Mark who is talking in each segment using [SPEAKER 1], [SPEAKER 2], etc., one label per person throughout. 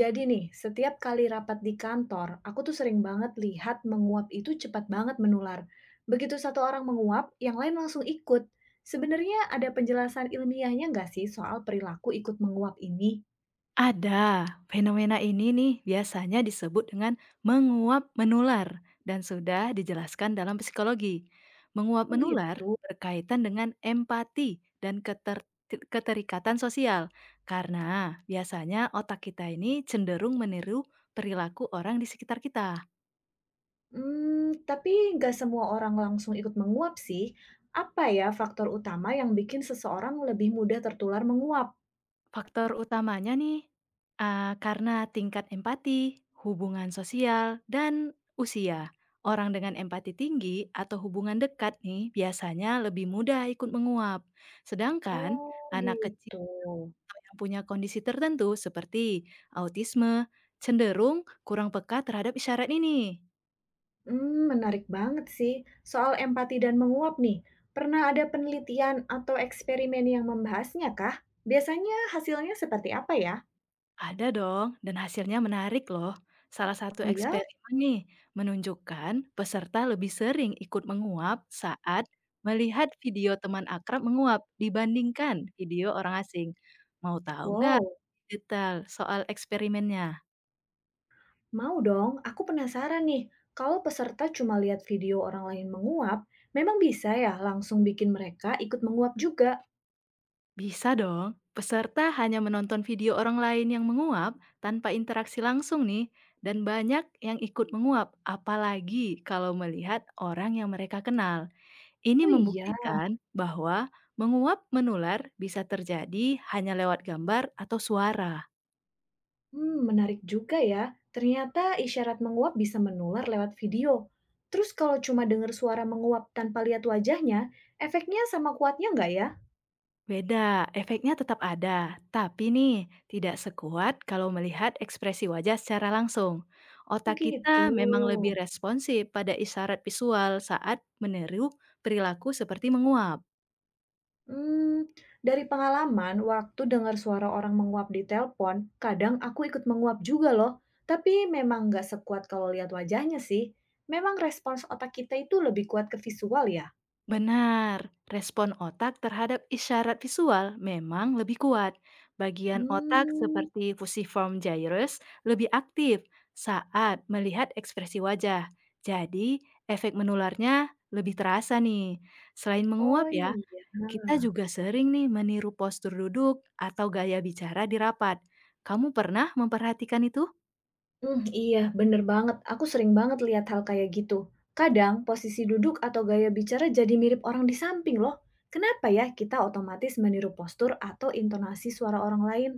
[SPEAKER 1] Jadi nih, setiap kali rapat di kantor, aku tuh sering banget lihat menguap itu cepat banget menular. Begitu satu orang menguap, yang lain langsung ikut. Sebenarnya ada penjelasan ilmiahnya nggak sih soal perilaku ikut menguap ini?
[SPEAKER 2] Ada. Fenomena ini nih biasanya disebut dengan menguap menular dan sudah dijelaskan dalam psikologi. Menguap
[SPEAKER 1] Oh
[SPEAKER 2] menular
[SPEAKER 1] gitu.
[SPEAKER 2] berkaitan dengan empati dan keterikatan sosial karena biasanya otak kita ini cenderung meniru perilaku orang di sekitar kita.
[SPEAKER 1] Hmm, tapi nggak semua orang langsung ikut menguap sih. Apa ya faktor utama yang bikin seseorang lebih mudah tertular menguap?
[SPEAKER 2] Faktor utamanya nih, karena tingkat empati, hubungan sosial, dan usia. Orang dengan empati tinggi atau hubungan dekat nih biasanya lebih mudah ikut menguap. Sedangkan
[SPEAKER 1] Oh
[SPEAKER 2] anak kecil
[SPEAKER 1] gitu.
[SPEAKER 2] atau yang punya kondisi tertentu seperti autisme cenderung kurang peka terhadap isyarat ini.
[SPEAKER 1] Hmm, menarik banget sih. Soal empati dan menguap nih, pernah ada penelitian atau eksperimen yang membahasnya kah? Biasanya hasilnya seperti apa ya?
[SPEAKER 2] Ada dong, dan hasilnya menarik loh. Salah satu
[SPEAKER 1] Oh ya?
[SPEAKER 2] eksperimen nih menunjukkan peserta lebih sering ikut menguap saat melihat video teman akrab menguap dibandingkan video orang asing. Mau tahu nggak
[SPEAKER 1] Wow,
[SPEAKER 2] detail soal eksperimennya?
[SPEAKER 1] mau dong. Aku penasaran nih, kalau peserta cuma lihat video orang lain menguap, memang bisa ya langsung bikin mereka ikut menguap juga?
[SPEAKER 2] Bisa dong. Peserta hanya menonton video orang lain yang menguap tanpa interaksi langsung nih, dan banyak yang ikut menguap, apalagi kalau melihat orang yang mereka kenal. Ini
[SPEAKER 1] Oh iya?
[SPEAKER 2] membuktikan bahwa menguap menular bisa terjadi hanya lewat gambar atau suara.
[SPEAKER 1] Hmm, menarik juga ya. Ternyata isyarat menguap bisa menular lewat video. Terus kalau cuma dengar suara menguap tanpa lihat wajahnya, efeknya sama kuatnya nggak ya?
[SPEAKER 2] Beda, efeknya tetap ada, tapi nih tidak sekuat kalau melihat ekspresi wajah secara langsung.
[SPEAKER 1] Oh
[SPEAKER 2] Otak
[SPEAKER 1] gitu.
[SPEAKER 2] kita memang lebih responsif pada isyarat visual saat meniru perilaku seperti menguap.
[SPEAKER 1] Hmm. Dari pengalaman, waktu dengar suara orang menguap di telepon, kadang aku ikut menguap juga loh. Tapi memang nggak sekuat kalau lihat wajahnya sih. Memang respons otak kita itu lebih kuat ke visual ya?
[SPEAKER 2] Benar, respon otak terhadap isyarat visual memang lebih kuat. Bagian otak
[SPEAKER 1] Hmm.
[SPEAKER 2] seperti fusiform gyrus lebih aktif saat melihat ekspresi wajah. Jadi, efek menularnya lebih terasa nih. Selain
[SPEAKER 1] Oh
[SPEAKER 2] menguap ya,
[SPEAKER 1] iya.
[SPEAKER 2] kita juga sering nih meniru postur duduk atau gaya bicara di rapat. Kamu pernah memperhatikan itu?
[SPEAKER 1] Hmm, iya, bener banget. Aku sering banget lihat hal kayak gitu. Kadang posisi duduk atau gaya bicara jadi mirip orang di samping loh. Kenapa ya kita otomatis meniru postur atau intonasi suara orang lain?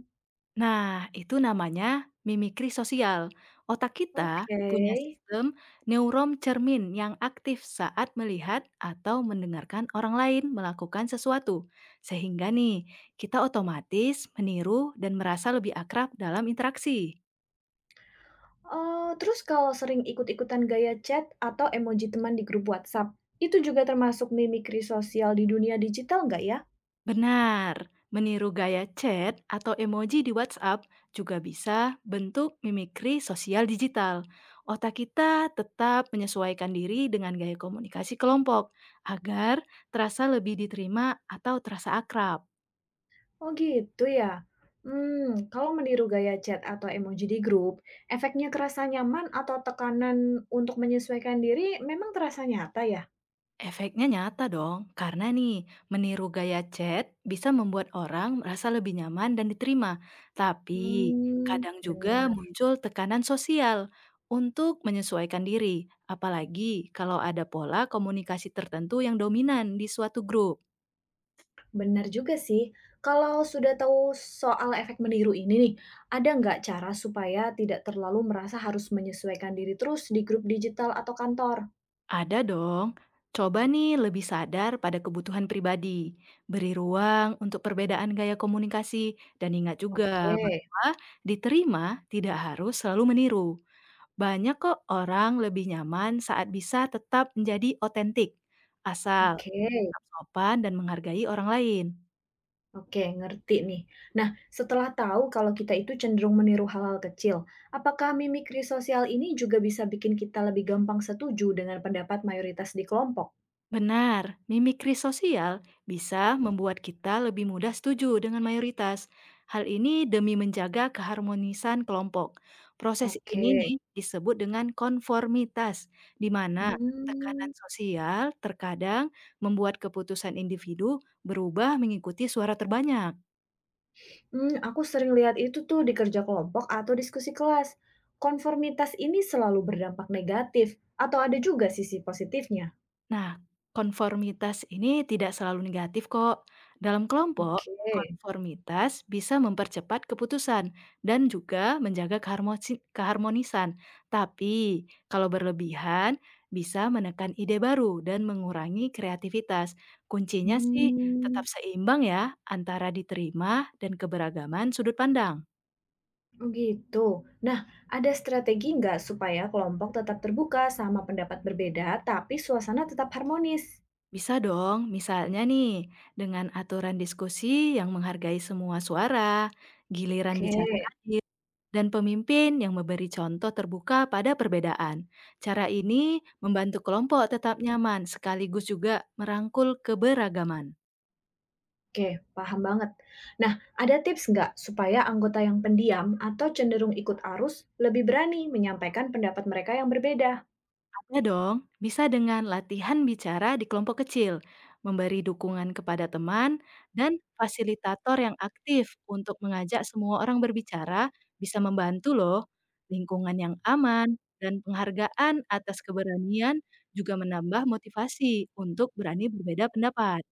[SPEAKER 2] Nah, itu namanya mimikri sosial. Otak kita
[SPEAKER 1] Oke.
[SPEAKER 2] punya sistem neuron cermin yang aktif saat melihat atau mendengarkan orang lain melakukan sesuatu. Sehingga nih, kita otomatis meniru dan merasa lebih akrab dalam interaksi.
[SPEAKER 1] Terus kalau sering ikut-ikutan gaya chat atau emoji teman di grup WhatsApp, itu juga termasuk mimikri sosial di dunia digital nggak ya?
[SPEAKER 2] Benar, meniru gaya chat atau emoji di WhatsApp juga bisa bentuk mimikri sosial digital. Otak kita tetap menyesuaikan diri dengan gaya komunikasi kelompok agar terasa lebih diterima atau terasa akrab.
[SPEAKER 1] Oh gitu ya? Hmm, kalau meniru gaya chat atau emoji di grup, efeknya kerasa nyaman atau tekanan untuk menyesuaikan diri memang terasa nyata ya?
[SPEAKER 2] Efeknya nyata dong, karena nih meniru gaya chat bisa membuat orang merasa lebih nyaman dan diterima. Tapi
[SPEAKER 1] Hmm,
[SPEAKER 2] kadang juga
[SPEAKER 1] benar,
[SPEAKER 2] muncul tekanan sosial untuk menyesuaikan diri, apalagi kalau ada pola komunikasi tertentu yang dominan di suatu grup.
[SPEAKER 1] benar juga sih. Kalau sudah tahu soal efek meniru ini nih, ada nggak cara supaya tidak terlalu merasa harus menyesuaikan diri terus di grup digital atau kantor?
[SPEAKER 2] Ada dong. Coba nih lebih sadar pada kebutuhan pribadi, beri ruang untuk perbedaan gaya komunikasi, dan ingat juga
[SPEAKER 1] Oke,
[SPEAKER 2] bahwa diterima tidak harus selalu meniru. Banyak kok orang lebih nyaman saat bisa tetap menjadi otentik, asal
[SPEAKER 1] oke,
[SPEAKER 2] tetap sopan dan menghargai orang lain.
[SPEAKER 1] oke, ngerti nih. Nah, setelah tahu kalau kita itu cenderung meniru hal-hal kecil, apakah mimikri sosial ini juga bisa bikin kita lebih gampang setuju dengan pendapat mayoritas di kelompok?
[SPEAKER 2] Benar, mimikri sosial bisa membuat kita lebih mudah setuju dengan mayoritas. Hal ini demi menjaga keharmonisan kelompok. Proses
[SPEAKER 1] Oke.
[SPEAKER 2] ini nih disebut dengan konformitas, di mana tekanan
[SPEAKER 1] Hmm,
[SPEAKER 2] sosial terkadang membuat keputusan individu berubah mengikuti suara terbanyak.
[SPEAKER 1] mmm, aku sering lihat itu tuh di kerja kelompok atau diskusi kelas. Konformitas ini selalu berdampak negatif atau ada juga sisi positifnya?
[SPEAKER 2] Nah, konformitas ini tidak selalu negatif kok. Dalam kelompok,
[SPEAKER 1] Oke,
[SPEAKER 2] konformitas bisa mempercepat keputusan dan juga menjaga keharmonisan. Tapi, kalau berlebihan, bisa menekan ide baru dan mengurangi kreativitas. Kuncinya sih tetap
[SPEAKER 1] mmm.
[SPEAKER 2] seimbang ya antara diterima dan keberagaman sudut pandang.
[SPEAKER 1] Oh gitu. Nah, ada strategi nggak supaya kelompok tetap terbuka sama pendapat berbeda, tapi suasana tetap harmonis?
[SPEAKER 2] Bisa dong, misalnya nih, dengan aturan diskusi yang menghargai semua suara, giliran
[SPEAKER 1] Oke,
[SPEAKER 2] bicara adil, dan pemimpin yang memberi contoh terbuka pada perbedaan. Cara ini membantu kelompok tetap nyaman sekaligus juga merangkul keberagaman.
[SPEAKER 1] oke, paham banget. Nah, ada tips nggak supaya anggota yang pendiam atau cenderung ikut arus lebih berani menyampaikan pendapat mereka yang berbeda?
[SPEAKER 2] Ada dong, bisa dengan latihan bicara di kelompok kecil, memberi dukungan kepada teman, dan fasilitator yang aktif untuk mengajak semua orang berbicara bisa membantu loh. Lingkungan yang aman dan penghargaan atas keberanian juga menambah motivasi untuk berani berbeda pendapat.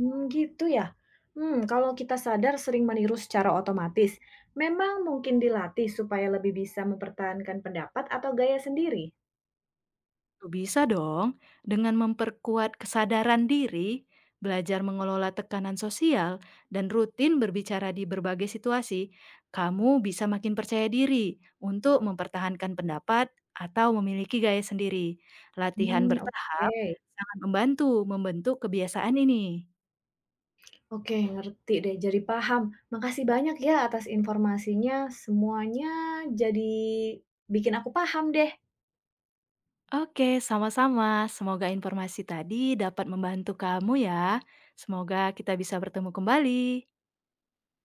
[SPEAKER 1] Hmm, gitu ya. Hmm, kalau kita sadar sering meniru secara otomatis, memang mungkin dilatih supaya lebih bisa mempertahankan pendapat atau gaya sendiri.
[SPEAKER 2] Oh, bisa dong, dengan memperkuat kesadaran diri, belajar mengelola tekanan sosial, dan rutin berbicara di berbagai situasi, kamu bisa makin percaya diri untuk mempertahankan pendapat atau memiliki gaya sendiri. Latihan
[SPEAKER 1] Hmm, oke.
[SPEAKER 2] bertahap sangat membantu membentuk kebiasaan ini.
[SPEAKER 1] Oke, ngerti deh, jadi paham. Makasih banyak ya atas informasinya, semuanya jadi bikin aku paham deh.
[SPEAKER 2] Oke, sama-sama. Semoga informasi tadi dapat membantu kamu ya. Semoga kita bisa bertemu kembali.